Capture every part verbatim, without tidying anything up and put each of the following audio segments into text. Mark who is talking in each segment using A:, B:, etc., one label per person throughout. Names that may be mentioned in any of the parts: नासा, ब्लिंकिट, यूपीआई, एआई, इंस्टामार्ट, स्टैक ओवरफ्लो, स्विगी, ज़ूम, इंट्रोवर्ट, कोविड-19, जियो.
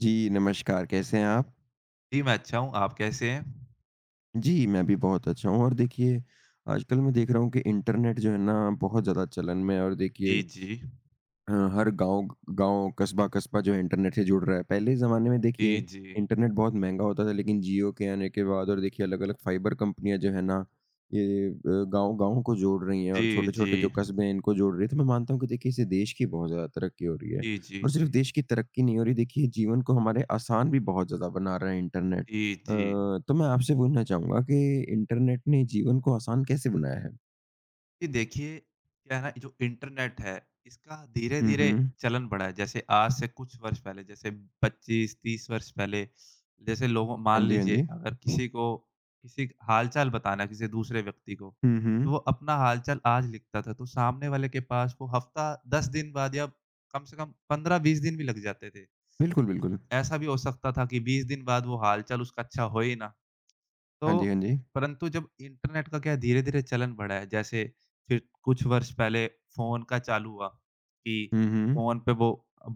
A: जी, नमस्कार, कैसे हैं आप?
B: जी, मैं अच्छा हूँ, आप कैसे हैं?
A: जी, मैं भी बहुत अच्छा हूँ और देखिए, आजकल मैं देख रहा हूँ कि इंटरनेट जो है ना बहुत ज़्यादा चलन में है और देखिए
B: जी, जी।
A: हाँ, हर गाँव गाँव, कस्बा-कस्बा जो है इंटरनेट से जुड़ रहा है। पहले के ज़माने में
B: जी,
A: देखिए
B: जी।
A: इंटरनेट बहुत महँगा होता था लेकिन जियो के आने के बाद और देखिए अलग-अलग फाइबर कंपनियाँ जो है ना, ये अ, गाँव-गाँव को जोड़ रही हैं और
B: जी,
A: छोटे-छोटे
B: जी।
A: जो कस्बे हैं इनको जोड़ रही है। तो मैं मानता हूँ कि देखिए इससे देश की बहुत ज़्यादा तरक्की हो रही है।
B: जी, जी,
A: और
B: जी।
A: सिर्फ़ देश की तरक्की नहीं हो रही देखिए जीवन को हमारे आसान भी बहुत ज़्यादा बना रहा है इंटरनेट।
B: जी,
A: अ,
B: जी।
A: तो मैं आपसे पूछना चाहूँगा कि इंटरनेट ने जीवन को आसान कैसे बनाया है?
B: जी, देखिए, क्या है ना, जो इंटरनेट है, इसका
A: हुँ,
B: धीरे-धीरे
A: हुँ।
B: चलन बढ़ा है। जैसे आज से कुछ वर्ष पहले, जैसे पच्चीस तीस वर्ष पहले, जैसे लोगों मान
A: हाँ जी, हाँ
B: लीजिए,
A: जी।
B: अगर किसी को किसी का हाल-चाल बताना है, किसी दूसरे व्यक्ति को,
A: हुँ,
B: तो
A: हुँ।
B: वो अपना हाल-चाल आज लिखता था, तो सामने वाले के पास वो हफ़्ता, दस दिन बाद या कम से कम पंद्रह बीस दिन भी लग जाते थे।
A: बिल्कुल, बिल्कुल।
B: ऐसा भी हो सकता था कि बीस दिन बाद वो हाल-चाल उसका अच्छा हो ही ना। तो
A: हाँ जी, हाँ जी।
B: परंतु जब इंटरनेट का क्या है धीरे-धीरे चलन बढ़ा है, जैसे फिर कुछ वर्ष पहले फ़ोन का चालू हुआ कि
A: हुँ, हुँ।
B: फ़ोन पे वो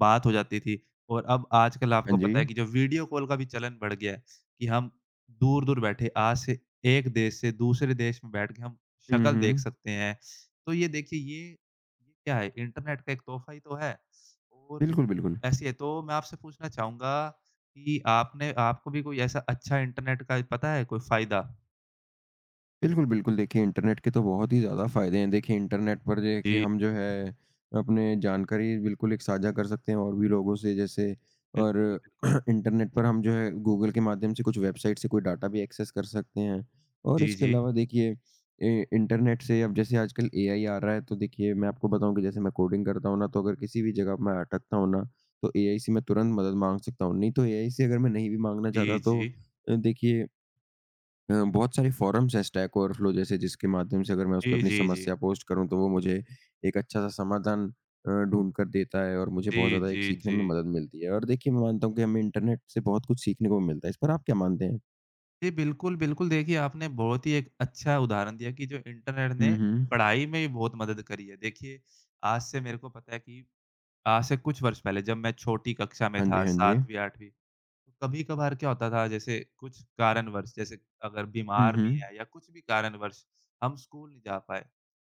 B: बात हो जाती थी और अब आजकल आपको
A: हाँ जी।
B: पता है कि जो वीडियो कॉल का भी चलन बढ़ गया है कि हम दूर-दूर बैठे आज से एक देश से दूसरे देश में बैठ के हम
A: हुँ,
B: शक्ल देख
A: हुँ।
B: सकते हैं। तो ये देखिए ये, ये क्या है इंटरनेट का एक तोहफ़ा ही तो है और
A: बिल्कुल, बिल्कुल।
B: ऐसी है, तो मैं आपसे पूछना चाहूँगा कि आपने आपको भी कोई ऐसा अच्छा इंटरनेट का पता है कोई फ़ायदा?
A: बिल्कुल, बिल्कुल। देखिए इंटरनेट के तो बहुत ही ज़्यादा फ़ायदे हैं। देखिए इंटरनेट पर जो है कि
B: जी।
A: हम जो है अपने जानकारी बिल्कुल एक साझा कर सकते हैं और भी लोगों से जैसे और
B: बिल्कुल, बिल्कुल।
A: इंटरनेट पर हम जो है गूगल के माध्यम से कुछ वेबसाइट से कोई डाटा भी एक्सेस कर सकते हैं। और
B: जी,
A: इसके
B: जी।
A: अलावा देखिए ए इंटरनेट से अब जैसे आजकल एआई आ रहा है तो देखिए मैं आपको बताऊँ कि जैसे मैं कोडिंग करता हूँ ना तो अगर किसी भी जगह मैं अटकता हूँ ना तो एआई से मैं तुरंत मदद माँग सकता हूँ। नहीं तो एआई से अगर मैं नहीं भी माँगना चाहता
B: जी,
A: तो
B: जी।
A: अ, देखिए अ, बहुत सारे फ़ोरम्स हैं स्टैक ओवरफ्लो जैसे जिसके माध्यम से अगर मैं उसपे
B: जी,
A: अपनी
B: जी, जी।
A: समस्या पोस्ट करूँ तो वो मुझे एक अच्छा-सा समाधान अ, ढूँढ कर देता है और मुझे बहुत
B: जी,
A: ज़्यादा एक
B: जी,
A: सीखने
B: जी।
A: में मदद मिलती है। और देखिए मैं मानता हूँ कि हमें इंटरनेट से बहुत कुछ सीखने को मिलता है। इस पर आप क्या मानते हैं?
B: जी, बिल्कुल, बिल्कुल। देखिए, आपने बहुत ही एक अच्छा उदाहरण दिया कि जो इंटरनेट ने
A: हुँ, हुँ।
B: पढ़ाई में भी बहुत मदद करी है। देखिए, आज से मेरे को पता है कि आज से कुछ वर्ष पहले जब मैं छोटी कक्षा में
A: हाँ जी,
B: था
A: हाँ जी।
B: सातवीं आठवीं तो कभी-कभार क्या होता था जैसे कुछ कारणवश जैसे अगर
A: हुँ,
B: बीमार भी
A: हुँ।
B: है या कुछ भी कारणवश हम स्कूल नहीं जा पाए,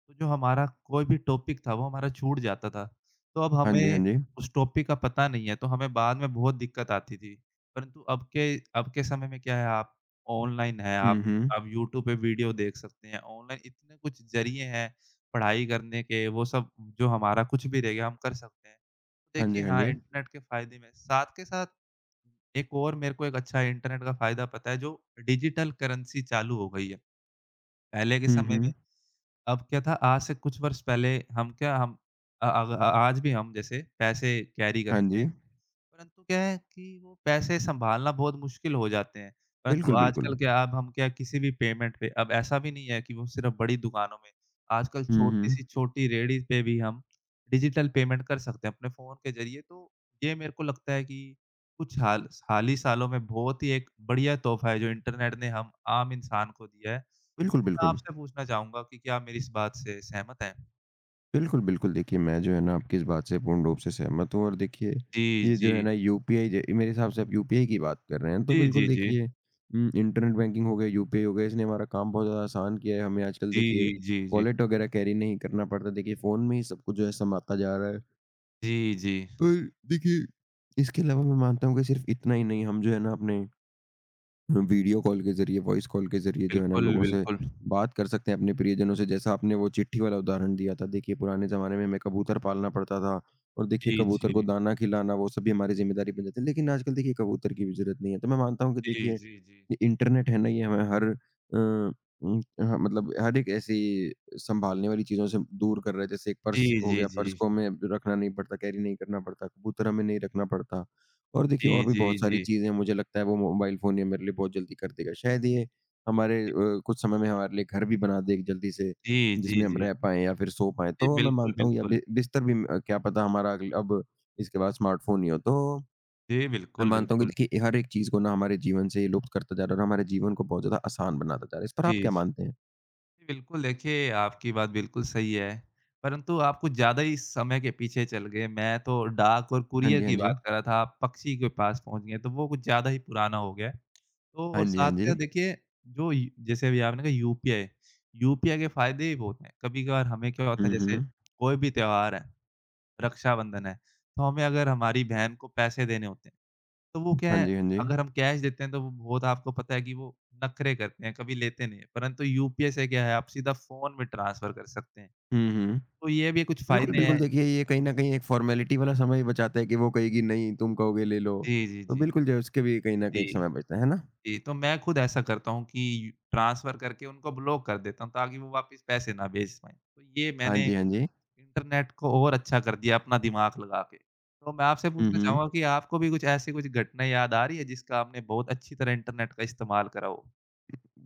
B: तो जो हमारा कोई भी टॉपिक था वो हमारा छूट जाता था। तो अब
A: हाँ जी, हाँ
B: हमें
A: जी।
B: उस टॉपिक का पता नहीं है, तो हमें बाद में बहुत दिक्कत आती थी। परंतु अब के अब के समय में क्या है आप ऑनलाइन हैं,
A: हुँ,
B: आप
A: हुँ।
B: आप यूट्यूब पे वीडियो देख सकते हैं। ऑनलाइन इतने कुछ ज़रिए हैं पढ़ाई करने के, वो सब जो हमारा कुछ भी रह गया हम कर सकते हैं। तो
A: हाँ जी,
B: देखिए
A: हाँ
B: हाँ,
A: जी।
B: इंटरनेट के फ़ायदे में साथ के साथ एक और मेरे को एक अच्छा इंटरनेट का फ़ायदा पता है, जो डिजिटल करेंसी चालू हो गई है। पहले के
A: हुँ,
B: समय में
A: हुँ।
B: अब क्या था आज से कुछ वर्ष पहले हम क्या हम अ अ, आज भी हम जैसे पैसे कैरी
A: हाँ
B: करते
A: जी।
B: हैं, परंतु क्या है कि वो पैसे सँभालना बहुत मुश्किल हो जाते हैं। परंतु
A: बिल्कुल, बिल्कुल।
B: आजकल क्या अब हम क्या किसी भी पेमेंट पे अब ऐसा भी नहीं है कि वो सिर्फ़ बड़ी दुकानों में, आजकल
A: हुँ, हुँ।
B: छोटी-सी छोटी रेहड़ी पे भी हम डिजिटल पेमेंट कर सकते हैं अपने फ़ोन के ज़रिए। तो ये मेरे को लगता है कि कुछ हाल हाल ही सालों में बहुत ही एक बढ़िया तोहफ़ा है जो इंटरनेट ने हम आम इंसान को दिया है।
A: बिल्कुल,
B: मैं
A: बिल्कुल।
B: आपसे पूछना चाहूँगा कि क्या आप मेरी इस बात से सहमत हैं?
A: बिल्कुल, बिल्कुल। देखिए, मैं जो है ना आपकी इस बात से पूर्ण रूप से सहमत हूँ और देखिए,
B: जी,
A: ये जो है
B: जी।
A: ना यूपीआई ज मेरे हिसाब से आप यूपीआई की बात कर रहे हैं, तो
B: जी,
A: बिल्कुल
B: जी, जी।
A: देखिए उम, इंटरनेट बैंकिंग हो गया, यूपीआई हो गया, इसने हमारा काम बहुत ज़्यादा आसान किया है। हमें आजकल
B: जी,
A: देखिए
B: जी, जी।
A: वॉलेट वगैरह कैरी नहीं करना पड़ता। देखिए, फ़ोन में ही सब कुछ जो है समाता जा रहा है
B: जी, जी।
A: और देखिए, इसके अलावा मैं मानता हूँ कि सिर्फ़ इतना ही नहीं, हम जो है ना अपने वीडियो कॉल के ज़रिए, वॉइस कॉल के ज़रिए जो है ना
B: बिल्कुल,
A: लोगों से
B: बिल्कुल।
A: बात कर सकते हैं अपने प्रियजनों से। जैसा आपने वो चिट्ठी वाला उदाहरण दिया था, देखिए पुराने ज़माने में हमें कबूतर पालना पड़ता था और देखिए
B: जी,
A: कबूतर को
B: जी।
A: दाना खिलाना वो सब भी हमारी ज़िम्मेदारी बन जाती है। लेकिन आजकल देखिए कबूतर की भी ज़रूरत नहीं है। तो मैं मानता हूँ कि
B: जी,
A: देखिए
B: जी, जी।
A: ये इंटरनेट है ना ये हमें हर अ, उम, ह मतलब हर एक ऐसी सँभालने वाली चीज़ों से दूर कर रहा है। जैसे एक
B: जी,
A: पर्स हो
B: जी,
A: गया, पर्स
B: जी।
A: को हमें रखना नहीं पड़ता, कैरी नहीं करना पड़ता, कबूतर हमें नहीं रखना पड़ता। और देखिए
B: जी,
A: और भी
B: जी,
A: बहुत सारी
B: जी।
A: चीज़ें हैं, मुझे लगता है वो मोबाइल फ़ोन ये मेरे लिए बहुत जल्दी कर देगा। शायद ये हमारे अ, कुछ समय में हमारे लिए घर भी बना दे एक जल्दी से,
B: जी, जी,
A: जिसमें हम
B: जी।
A: रह पाएँ या फिर सो पाएँ।
B: जी,
A: तो मैं
B: बिल्कुल,
A: मानता हूँ या
B: बिल्कुल।
A: बि बिस्तर भी अ, क्या पता हमारा अगल अब इसके बाद स्मार्टफ़ोन ही हो। तो
B: जी,
A: मैं
B: बिल्कुल,
A: मानता हूँ कि
B: बिल्कुल।
A: देखिए हर एक चीज़ को ना हमारे जीवन से ये लुप्त करता जा रहा है और हमारे जीवन को बहुत ज़्यादा आसान बनाता जा रहा है। इस पर आप
B: जी,
A: क्या
B: जी।
A: मानते हैं?
B: बिल्कुल, देखिए आपकी बात बिल्कुल सही है, परंतु आप कुछ ज़्यादा ही समय के पीछे चल गए। मैं तो डाक और
A: हाँ
B: कूरियर
A: जी, हाँ
B: की
A: जी।
B: बात कर रहा था, आप पक्षी के पास पहुँच गए, तो वो कुछ ज़्यादा ही पुराना हो गया है। तो
A: हाँ
B: और
A: जी, हाँ
B: साथ
A: जी।
B: में देखिए जो य जैसे अभी आपने कहा यूपीआई, यूपीआई के फ़ायदे भी बहुत हैं। कभी-कभार हमें क्या होता
A: हुँ,
B: है जैसे
A: हुँ।
B: कोई भी त्योहार है रक्षाबंधन है, तो हमें अगर हमारी बहन को पैसे देने होते हैं, तो वो क्या
A: हाँ
B: है,
A: जी, हाँ जी।
B: अगर हम कैश देते हैं, तो वो बहुत आपको पता है कि वो नखरे करते हैं, कभी लेते नहीं हैं, परंतु यूपीआई से क्या है, आप सीधा फ़ोन में ट्रांसफ़र कर सकते हैं,
A: हुँ, हुँ।
B: तो ये भी कुछ
A: बिल्कुल,
B: फ़ायदे
A: बिल्कुल।
B: हैं।
A: देखिए, ये कहीं न कहीं एक फ़ॉर्मेलिटी वाला समय बचाता है कि वो कहेगी, "नहीं, तुम कहोगे, ले लो।"
B: जी, जी,
A: तो
B: जी।
A: बिल्कुल जो है, उसके भी कहीं न कहीं एक
B: जी,
A: समय बचता है, है ना?
B: जी, तो मैं खुद ऐसा करता हूँ कि ट्रांसफ़र करके उनको ब्लॉक कर देता हूँ, ताकि वो वापस पैसे ना भेज पाएँ, तो ये
A: हाँ
B: मैंने
A: जी, हाँ जी।
B: इंटरनेट को और अच्छा कर दिया अपना दिमाग लगा के। तो मैं आपसे
A: हुँ,
B: पूछना
A: हुँ।
B: चाहूँगा कि आपको भी कुछ ऐसी कुछ घटना याद आ रही है जिसका आपने बहुत अच्छी तरह इंटरनेट का इस्तेमाल करा हो?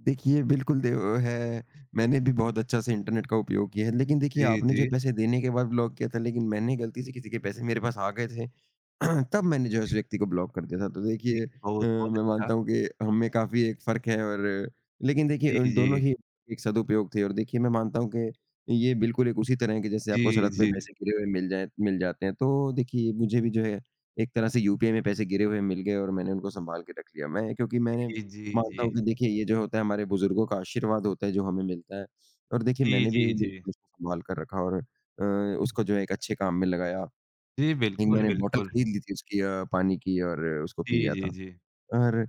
A: देखिए, बिल्कुल दे वो है, मैंने भी बहुत अच्छा से इंटरनेट का उपयोग किया है। लेकिन देखिए,
B: जी,
A: आपने
B: जी।
A: जो पैसे देने के बाद ब्लॉक किया था, लेकिन मैंने गलती से किसी के पैसे मेरे पास आ गए थे। तब मैंने जो है उस व्यक्ति को ब्लॉक कर दिया था। तो
B: जी,
A: देखिए अ,
B: बहुत, बहुत
A: मैं
B: अच्छा।
A: मानता हूँ कि हम में काफ़ी एक फ़र्क है और लेकिन देखिए
B: जी,
A: उन दोनों
B: जी।
A: ही एक सदुपयोग थे और देखिए मैं मानता हूँ कि ये बिल्कुल एक उसी तरह है कि जैसे
B: जी,
A: आपको सड़क पे
B: जी।
A: पैसे गिरे हुए मिल जाएँ मिल जाते हैं। तो देखिए मुझे भी जो है एक तरह से यूपीआई में पैसे गिरे हुए मिल गए और मैंने उनको सँभाल के रख लिया। मैं क्योंकि मैंने
B: जी, जी,
A: मानता
B: जी।
A: हूँ कि देखिए ये जो होता है हमारे बुज़ुर्गों का आशीर्वाद होता है जो हमें मिलता है और देखिए
B: जी,
A: मैंने भी
B: जी, जी।
A: बिल्कुल उसको सँभाल कर रखा और अ, उसको जो है एक अच्छे काम में लगाया।
B: जी,
A: नहीं,
B: बिल्कुल,
A: मैंने बॉटल
B: बिल्कुल।
A: खरीद ली थी उसकी अ, पानी की और उसको पी
B: जी,
A: लिया था।
B: जी, जी।
A: और अ,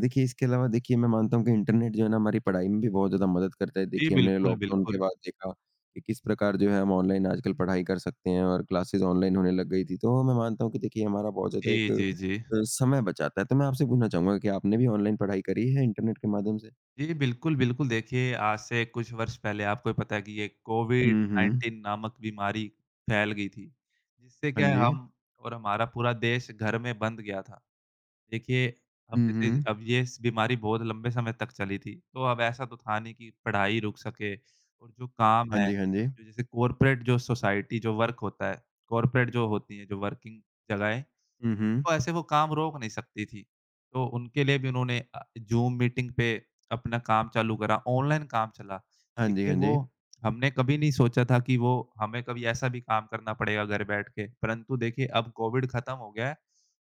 A: देखिए इसके अलावा देखिए मैं मानता हूँ कि इंटरनेट जो है ना हमारी पढ़ाई में भी बहुत ज़्यादा मदद करता है।
B: जी,
A: देखिए हमने
B: बिल्कुल,
A: लॉकडाउन के
B: बिल्कुल।
A: बाद देखा कि किस प्रकार जो है हम ऑनलाइन आजकल पढ़ाई कर सकते हैं और क्लासेस ऑनलाइन होने लग गई थी। तो मैं मानता हूँ कि देखिए हमारा बहुत ज़्यादा एक
B: जी,
A: अ,
B: जी, जी।
A: समय बचाता है। तो मैं आपसे पूछना चाहूँगा कि आपने भी ऑनलाइन पढ़ाई करी है इंटरनेट के माध्यम से?
B: जी, बिल्कुल, बिल्कुल। देखिए, आज से कुछ वर्ष पहले आपको ही पता है कि ये
A: हुँ, हुँ।
B: कोविड-नाइनटीन नामक बीमारी फैल गई थी, जिससे
A: हाँ
B: क्या है
A: जी।
B: हम और हमारा पूरा देश घर में बंद गया था। देखिए, अब
A: हुँ,
B: जैसे
A: हुँ।
B: अब ये स बीमारी बहुत लंबे समय तक चली थी, तो अब ऐसा तो था नहीं कि पढ़ाई रुक सके और जो काम
A: हाँ
B: है,
A: जी, हाँ जी।
B: जो जैसे कॉर्पोरेट जो सोसाइटी जो वर्क होता है, कॉर्पोरेट जो होती है, जो वर्किंग जगहें
A: हुँ, हुँ।
B: तो ऐसे वो काम रोक नहीं सकती थी। तो उनके लिए भी उन्होंने अ, ज़ूम मीटिंग पे अपना काम चालू करा, ऑनलाइन काम चला।
A: हाँ जी,
B: देखिए
A: हाँ जी।
B: वो हमने कभी नहीं सोचा था कि वो हमें कभी ऐसा भी काम करना पड़ेगा घर बैठ के, परंतु देखिए अब कोविड खत्म हो गया है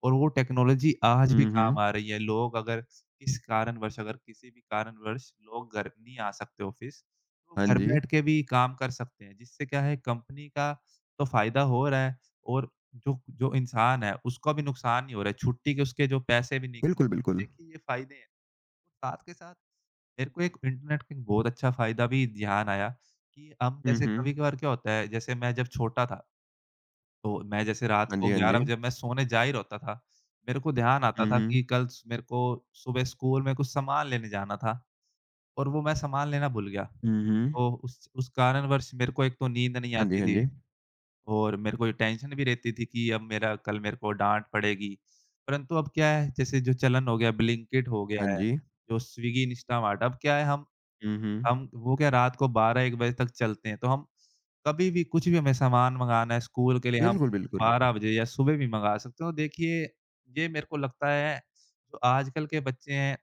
B: और वो टेक्नोलॉज़ी आज भी
A: हुँ, हुँ।
B: काम आ रही है। लोग अगर किस कारणवश अगर किसी भी कारणवश लोग घर नहीं आ सकते ऑफ़िस, तो
A: हाँ
B: घर
A: जी।
B: बैठ के भी काम कर सकते हैं, जिससे क्या है कंपनी का तो फ़ायदा हो रहा है और जो जो इंसान है उसका भी नुकसान ही हो रहा है, छुट्टी के उसके जो पैसे भी नहीं
A: बिल्कुल, बिल्कुल।
B: कटेंगे। देखिए ये फ़ायदे हैं, साथ के साथ मेरे को एक इंटरनेट का एक बहुत अच्छा फ़ायदा भी ध्यान आया कि हम
A: हुँ,
B: जैसे
A: हुँ।
B: कभी-कभार क्या होता है, जैसे मैं जब छोटा था, तो मैं जैसे रात
A: हाँ जी,
B: को
A: हाँ
B: ग्यारह
A: जी।
B: बजे मैं सोने जा ही होता था, मेरे को ध्यान
A: हुँ,
B: आता था कि
A: हुँ।
B: कल स मेरे को सुबह स्कूल में कुछ सामान लेने जाना था और वो मैं सामान लेना भूल गया।
A: हुँ, हुँ।
B: तो उस उस कारणवश मेरे को एक तो नींद नहीं
A: हाँ जी,
B: आती
A: हाँ
B: थी।
A: जी।
B: और मेरे को ये टेंशन भी रहती थी कि अब मेरा कल मेरे को डाँट पड़ेगी। परंतु अब क्या है जैसे जो चलन हो गया ब्लिंकिट हो गया
A: हाँ
B: है,
A: जी।
B: जो स्विगी, इंस्टामार्ट अब क्या है हम
A: हुँ, हुँ।
B: हम वो क्या रात को बारह एक बजे तक चलते हैं, तो हम कभी भी कुछ भी हमें सामान मँगाना है स्कूल के लिए हम
A: बिल्कुल, बिल्कुल।
B: बारह बजे या सुबह भी मँगा सकते हैं। तो देखिए ये मेरे को लगता है जो आजकल के बच्चे हैं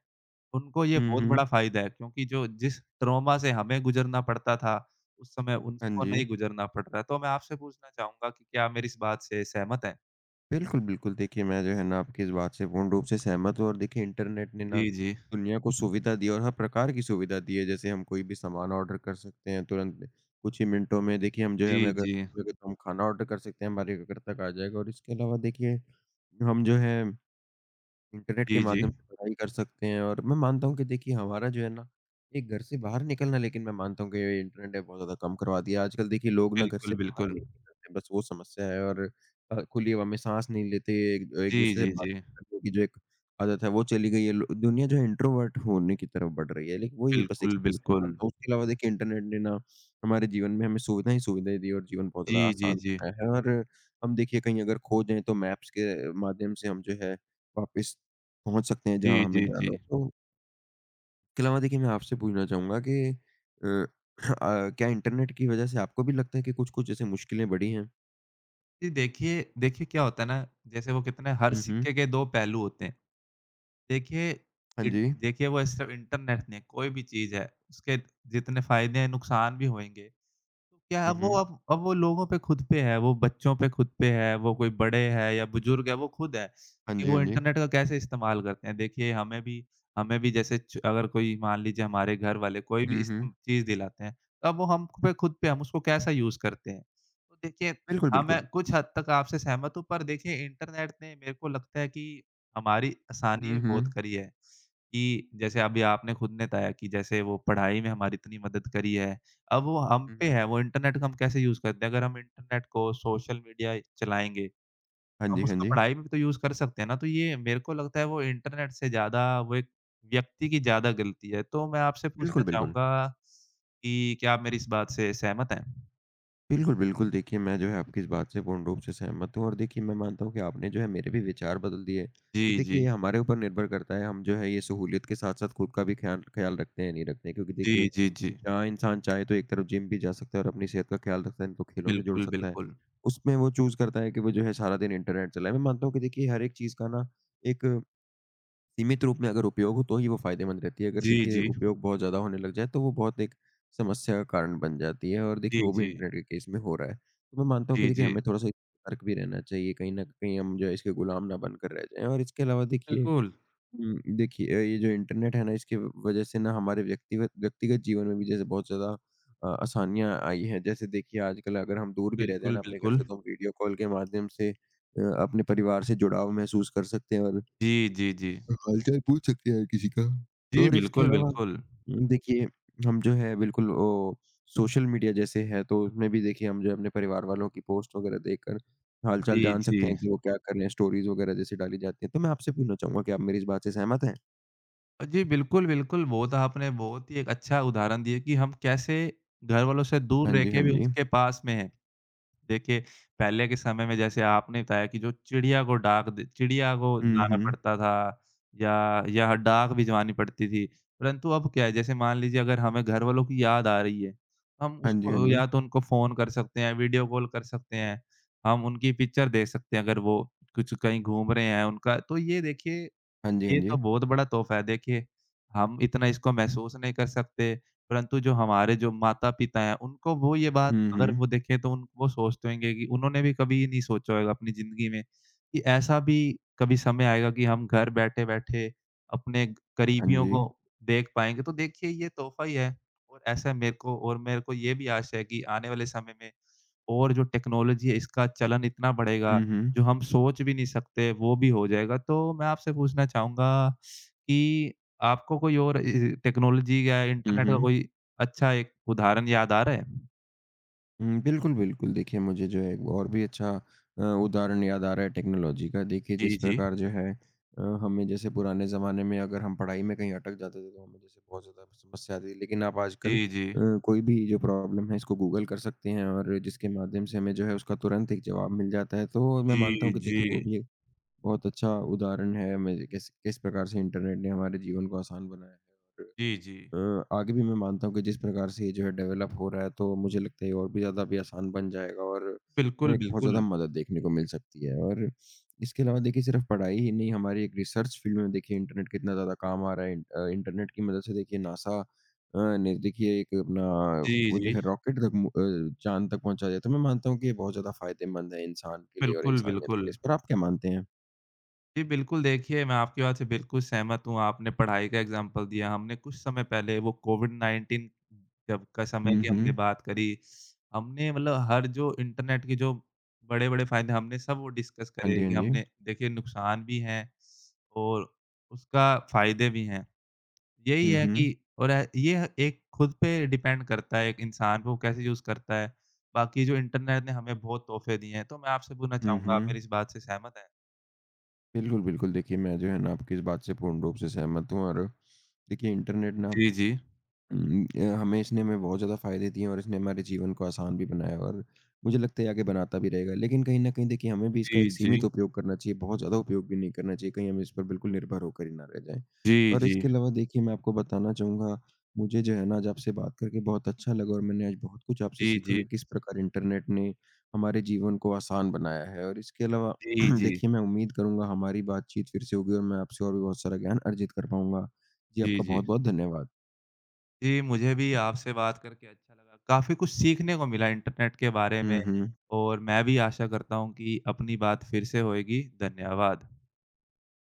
B: उनको ये
A: हुँ,
B: बहुत
A: हुँ।
B: बड़ा फ़ायदा है क्योंकि जो जिस ट्रॉमा से हमें गुज़रना पड़ता था, उस समय
A: हाँ
B: उनको
A: जी।
B: नहीं गुज़रना पड़ रहा है। तो मैं आपसे पूछना चाहूँगा कि क्या आप मेरी इस बात से सहमत हैं?
A: बिल्कुल, बिल्कुल देखिए मैं जो है ना आपकी इस बात से पूर्ण रूप से सहमत हूँ और देखिए इंटरनेट ने ना
B: जी, जी।
A: दुनिया को सुविधा दी है और हर प्रकार की सुविधा दी है। जैसे हम कोई भी सामान ऑर्डर कर सकते हैं तुरंत कुछ ही मिनटों में। देखिए हम जो है
B: जी,
A: हमें अगर
B: जी।
A: भूख लगे तो हम खाना ऑर्डर कर सकते हैं, हमारे घर तक आ जाएगा और इसके अलावा देखिए हम जो है इंटरनेट के
B: जी, जी।
A: माध्यम से पढ़ाई कर सकते हैं और मैं मानता हूँ कि देखिए हमारा जो है ना, एक घर से बाहर निकलना लेकिन मैं मानता हूँ कि ये इंटरनेट ने बहुत ज़्यादा कम करवा दिया है। आजकल देखिए लोग ना घर से
B: बिल्कुल,
A: बाहर
B: बिल्कुल।
A: नहीं निकलते, बस वो समस्या है और अ, खुली हवा में साँस नहीं लेते, एक
B: जी,
A: एक-दूसरे से
B: जी, जी।
A: बातचीत करने की जो एक आदत है, वो चली गई है। लो दुनिया जो है इंट्रोवर्ट होने की तरफ बढ़ रही है, लेकिन वही बस एक
B: बिल्कुल,
A: समस्या मैं
B: बिल्कुल।
A: मानता हूँ। उसके अलावा देखिए इंटरनेट ने ना हमारे जीवन में हमें सुविधाएँ ही सुविधाएँ दी और जीवन बहुत
B: जी,
A: ज़्यादा
B: जी,
A: आसान
B: जी।
A: बनाया है और हम देखिए कहीं अगर खो जाएँ तो मैप्स के माध्यम से हम जो है वापस पहुँच सकते हैं
B: जी,
A: जहाँ
B: जी,
A: हमें जाना
B: जी।
A: हो। तो इसके अलावा देखिए मैं आपसे पूछना चाहूँगा कि अ, अ, क्या इंटरनेट की वज़ह से आपको भी लगता है कि कुछ-कुछ जैसे मुश्किलें बढ़ी हैं?
B: जी, देखिए देखिए क्या होता है ना, जैसे वो कितने हर
A: हुँ, हुँ।
B: सिक्के के दो पहलू होते हैं। देखिए
A: हाँ
B: इन
A: जी।
B: देखिए वो सिर्फ़ इंटरनेट नहीं है, कोई भी चीज़ है, उसके जितने फ़ायदे हैं, नुकसान भी होंगे। तो क्या है,
A: हुँ,
B: अब वो
A: हुँ।
B: अब अब वो लोगों पे खुद पे है, वो बच्चों पे खुद पे है, वो कोई बड़े हैं या बुजुर्ग है, वो खुद है,
A: हाँ
B: कि
A: जी, हाँ
B: वो
A: जी।
B: इंटरनेट का कैसे इस्तेमाल करते हैं। देखिए हमें भी हमें भी जैसे च अगर कोई मान लीजिए हमारे घर वाले कोई भी
A: हुँ,
B: इस
A: हुँ।
B: चीज़ दिलाते हैं, तो अब वो हम पे खुद पे हम उसको कैसा यूज़ करते हैं। तो देखिए,
A: बिल्कुल,
B: हाँ,
A: बिल्कुल।
B: मैं कुछ हद तक आपसे सहमत हूँ, पर देखिए इंटरनेट ने मेरे को लगता है कि हमारी
A: हुँ,
B: आसानी बहुत
A: हुँ।
B: करी है, कि जैसे अभी आपने खुद ने बताया कि जैसे वो पढ़ाई में हमारी इतनी मदद करी है। अब वो हम
A: हुँ,
B: पे है,
A: हुँ।
B: वो इंटरनेट को हम कैसे यूज़ करते हैं। अगर हम इंटरनेट को सोशल मीडिया चलाएँगे,
A: हाँ
B: हम
A: जी, हाँ
B: उसका
A: जी।
B: पढ़ाई में भी तो यूज़ कर सकते हैं ना। तो ये मेरे को लगता है वो इंटरनेट से ज़्यादा वो एक व्यक्ति की ज़्यादा गलती है। तो मैं आपसे
A: बिल्कुल,
B: पूछना
A: बिल्कुल।
B: चाहूँगा कि क्या आप मेरी इस बात से सहमत हैं?
A: बिल्कुल, बिल्कुल देखिए मैं जो है आपकी इस बात से पूर्ण रूप से सहमत हूँ और देखिए मैं मानता हूँ कि आपने जो है मेरे भी विचार बदल दिए कि
B: जी,
A: देखिए ये
B: जी।
A: हमारे ऊपर निर्भर करता है, हम जो है ये सहूलियत के साथ-साथ खुद का भी ख्याल ख्याल रखते हैं या नहीं रखते हैं। क्योंकि देखिए
B: जी, जी, जी।
A: जहाँ इंसान चाहे तो एक तरफ जिम भी जा सकता है और अपनी सेहत का ख़्याल रख सकता है, नहीं तो खेलों से जुड़
B: बिल्कुल,
A: सकता है।
B: बिल्कुल।
A: उसमें वो चूज़ करता है कि वो जो है सारा दिन इंटरनेट चलाए। मैं मानता हूँ कि देखिए हर एक चीज़ का ना एक सीमित रूप में अगर उपयोग हो तो ही वो फ़ायदेमंद रहती है। अगर
B: जी,
A: देखिए
B: जी।
A: उपयोग बहुत ज़्यादा होने लग जाए तो वो बहुत एक समस्या का कारण बन जाती है और
B: जी,
A: देखिए वो भी
B: जी।
A: इंटरनेट के केस में हो रहा है। तो मैं मानता हूँ कि
B: जी,
A: देखिए
B: जी।
A: हमें थोड़ा-सा सतर्क भी रहना चाहिए, कहीं न कहीं हम जो है इसके गुलाम ना बनकर रह जाएँ और इसके अलावा देखिए
B: बिल्कुल।
A: हुँ, देखिए अ, ये जो इंटरनेट है ना इसकी व- वजह से ना हमारे व्यक्तिगत व्यक्तिगत जीवन में भी जैसे बहुत ज़्यादा अ, आसानियाँ आई हैं। जैसे देखिए आजकल अगर हम दूर भी रहते हैं
B: बिल्कुल,
A: ना अपने घर
B: बिल्कुल।
A: से तो हम वीडियो कॉल के माध्यम से अ, अपने परिवार से जुड़ाव महसूस कर सकते हैं और
B: जी, जी, जी।
A: हाल-चाल पूछ सकते हैं किसी का।
B: जी,
A: और इसके
B: बिल्कुल,
A: अलावा
B: बिल्कुल।
A: उम, देखिए हम जो है बिल्कुल ओ सोशल मीडिया जैसे है तो उसमें भी देखिए हम जो है अपने परिवार वालों की पोस्ट वगैरह देखकर हाल-चाल
B: जी,
A: जान
B: जी।
A: सकते हैं कि वो क्या कर रहे हैं, स्टोरीज़ वगैरह जैसे डाली जाती हैं। तो मैं आपसे पूछना चाहूँगा कि आप मेरी इस बात से सहमत हैं?
B: जी, बिल्कुल, बिल्कुल। वो तो आपने बहुत ही एक अच्छा उदाहरण दिया कि हम कैसे घर वालों से दूर
A: हाँ
B: रह
A: जी, हाँ
B: के भी
A: जी।
B: उनके पास में हैं। देखिए, पहले के समय में जैसे आपने बताया कि जो चिड़िया को डाक द चिड़िया को
A: हुँ,
B: लाना
A: हुँ।
B: पड़ता था या या डाक भिजवानी पड़ती थी। परंतु अब क्या है, जैसे मान लीजिए अगर हमें घर वालों की याद आ रही है, तो हम
A: हाँ जी, हाँ
B: उसको
A: जी।
B: या तो उनको फ़ोन कर सकते हैं, वीडियो कॉल कर सकते हैं, हम उनकी पिक्चर देख सकते हैं अगर वो कुछ कहीं घूम रहे हैं उनका। तो ये देखिए
A: हाँ जी, हाँ
B: ये
A: जी।
B: तो बहुत बड़ा तोहफ़ा है। देखिए, हम इतना इसको महसूस नहीं कर सकते, परंतु जो हमारे जो माता-पिता हैं, उनको वो ये बात
A: हुँ,
B: अगर वो
A: हुँ।
B: देखें तो उन वो सोचते होंगे कि उन्होंने भी कभी ये नहीं सोचा होगा अपनी ज़िंदगी में कि ऐसा भी कभी समय आएगा कि हम घर बैठे-बैठे अपने
A: हाँ
B: करीबियों
A: जी।
B: को देख पाएँगे। तो देखिए, ये तोहफ़ा ही है और ऐसा मेरे को और मेरे को ये भी आशा है कि आने वाले समय में और जो टेक्नोलॉज़ी है इसका चलन इतना बढ़ेगा,
A: हुँ, हुँ।
B: जो हम सोच भी नहीं सकते वो भी हो जाएगा। तो मैं आपसे पूछना चाहूँगा कि आपको कोई और ए, टेक्नोलॉज़ी या
A: हुँ,
B: इंटरनेट का
A: हुँ।
B: कोई अच्छा एक उदाहरण याद आ रहा है?
A: हुँ, बिल्कुल, बिल्कुल। देखिए, मुझे जो है एक और भी अच्छा अ, उदाहरण याद आ रहा है टेक्नोलॉजी का। देखिए, जिस
B: जी, जी।
A: प्रकार जो है अ, हमें जैसे पुराने ज़माने में अगर हम पढ़ाई में कहीं अटक जाते थे, तो हमें जैसे बहुत ज़्यादा समस्या आती थी। लेकिन आप आजकल अ,
B: जी, जी।
A: कोई भी जो प्रॉब्लम है, इसको गूगल कर सकते हैं और जिसके माध्यम से हमें जो है उसका तुरंत एक जवाब मिल जाता है। तो मैं मानता
B: जी,
A: हूँ कि
B: जी।
A: देखिए, वो भी बहुत अच्छा उदाहरण है मैं किस किस प्रकार से इंटरनेट ने हमारे जीवन को आसान बनाया है
B: जी, जी।
A: और अ, आगे भी मैं मानता हूँ कि जिस प्रकार से ये जो है डेवलप हो रहा है तो मुझे लगता है ये और भी ज़्यादा भी आसान बन जाएगा और हमें
B: बिल्कुल,
A: एक बहुत ज़्यादा
B: बिल्कुल।
A: मदद देखने को मिल सकती है और इसके अलावा देखिए सिर्फ पढ़ाई ही नहीं हमारी एक रिसर्च फील्ड में देखिए इंटरनेट कितना ज़्यादा काम आ रहा है इंट- अ, इंटरनेट की मदद से देखिए नासा अ, ने देखिए एक अपना
B: जी,
A: वो जो
B: जी।
A: है रॉकेट तक मु- अ, चांद तक पहुंचा दिया तो मैं मानता हूँ कि ये बहुत ज़्यादा फायदेमंद है इंसान के लिए और
B: बिल्कुल,
A: इंसानियत के
B: बिल्कुल।
A: लिए इस पर आप क्या मानते हैं।
B: जी, बिल्कुल देखिए, मैं आपकी बात से बिल्कुल सहमत हूँ। आपने पढ़ाई का एग्ज़ाम्पल दिया, हमने कुछ समय पहले वो कोविड-नाइनटीन जब का समय
A: हुँ,
B: की हमने
A: हुँ।
B: बात करी। हमने मतलब हर जो इंटरनेट के जो बड़े-बड़े फ़ायदे हमने सब वो डिस्कस
A: हाँ जी,
B: करे
A: हाँ
B: कि
A: जी।
B: हमने देखिए नुकसान भी हैं और उसका फ़ायदे भी हैं। यही
A: हुँ,
B: है
A: हुँ।
B: कि और अ, ये एक खुद पे डिपेंड करता है एक इंसान को कैसे यूज़ करता है। बाकी जो इंटरनेट ने हमें बहुत तोहफ़े दिए हैं, तो मैं आपसे पूछना
A: हुँ,
B: चाहूँगा, आप
A: हुँ।
B: मेरी इस बात से सहमत हैं?
A: बिल्कुल, बिल्कुल देखिए मैं जो है ना आपकी इस बात से पूर्ण रूप से सहमत हूँ और देखिए इंटरनेट ना
B: जी, जी।
A: हुँ, अ, हमें इसने हमें बहुत ज़्यादा फ़ायदे दिए और इसने हमारे जीवन को आसान भी बनाया और मुझे लगता है आगे बनाता भी रहेगा। लेकिन कहीं न कहीं देखिए हमें भी इसका
B: जी,
A: एक सीमित
B: जी।
A: उपयोग करना चाहिए, बहुत ज़्यादा उपयोग भी नहीं करना चाहिए, कहीं हम इस पर बिल्कुल निर्भर होकर ही ना रह जाएँ।
B: जी,
A: और
B: जी।
A: इसके अलावा देखिए मैं आपको बताना चाहूँगा, मुझे जो है ना आज आपसे बात करके बहुत अच्छा लगा और मैंने आज बहुत कुछ आपसे
B: जी,
A: सीखा
B: जी।
A: कि किस प्रकार इंटरनेट ने हमारे जीवन को आसान बनाया है। और इसके अलावा
B: जी, जी।
A: देखिए मैं उम्मीद करूँगा हमारी बातचीत फिर से होगी और मैं आपसे और भी बहुत सारा ज्ञान अर्जित कर पाऊँगा। जी,
B: जी,
A: आपका
B: जी।
A: बहुत-बहुत धन्यवाद।
B: जी, मुझे भी आपसे बात करके अच्छा लगा। काफ़ी कुछ सीखने को मिला इंटरनेट के बारे में
A: हुँ, हुँ।
B: और मैं भी आशा करता हूँ कि अपनी बात फिर से होएगी। धन्यवाद।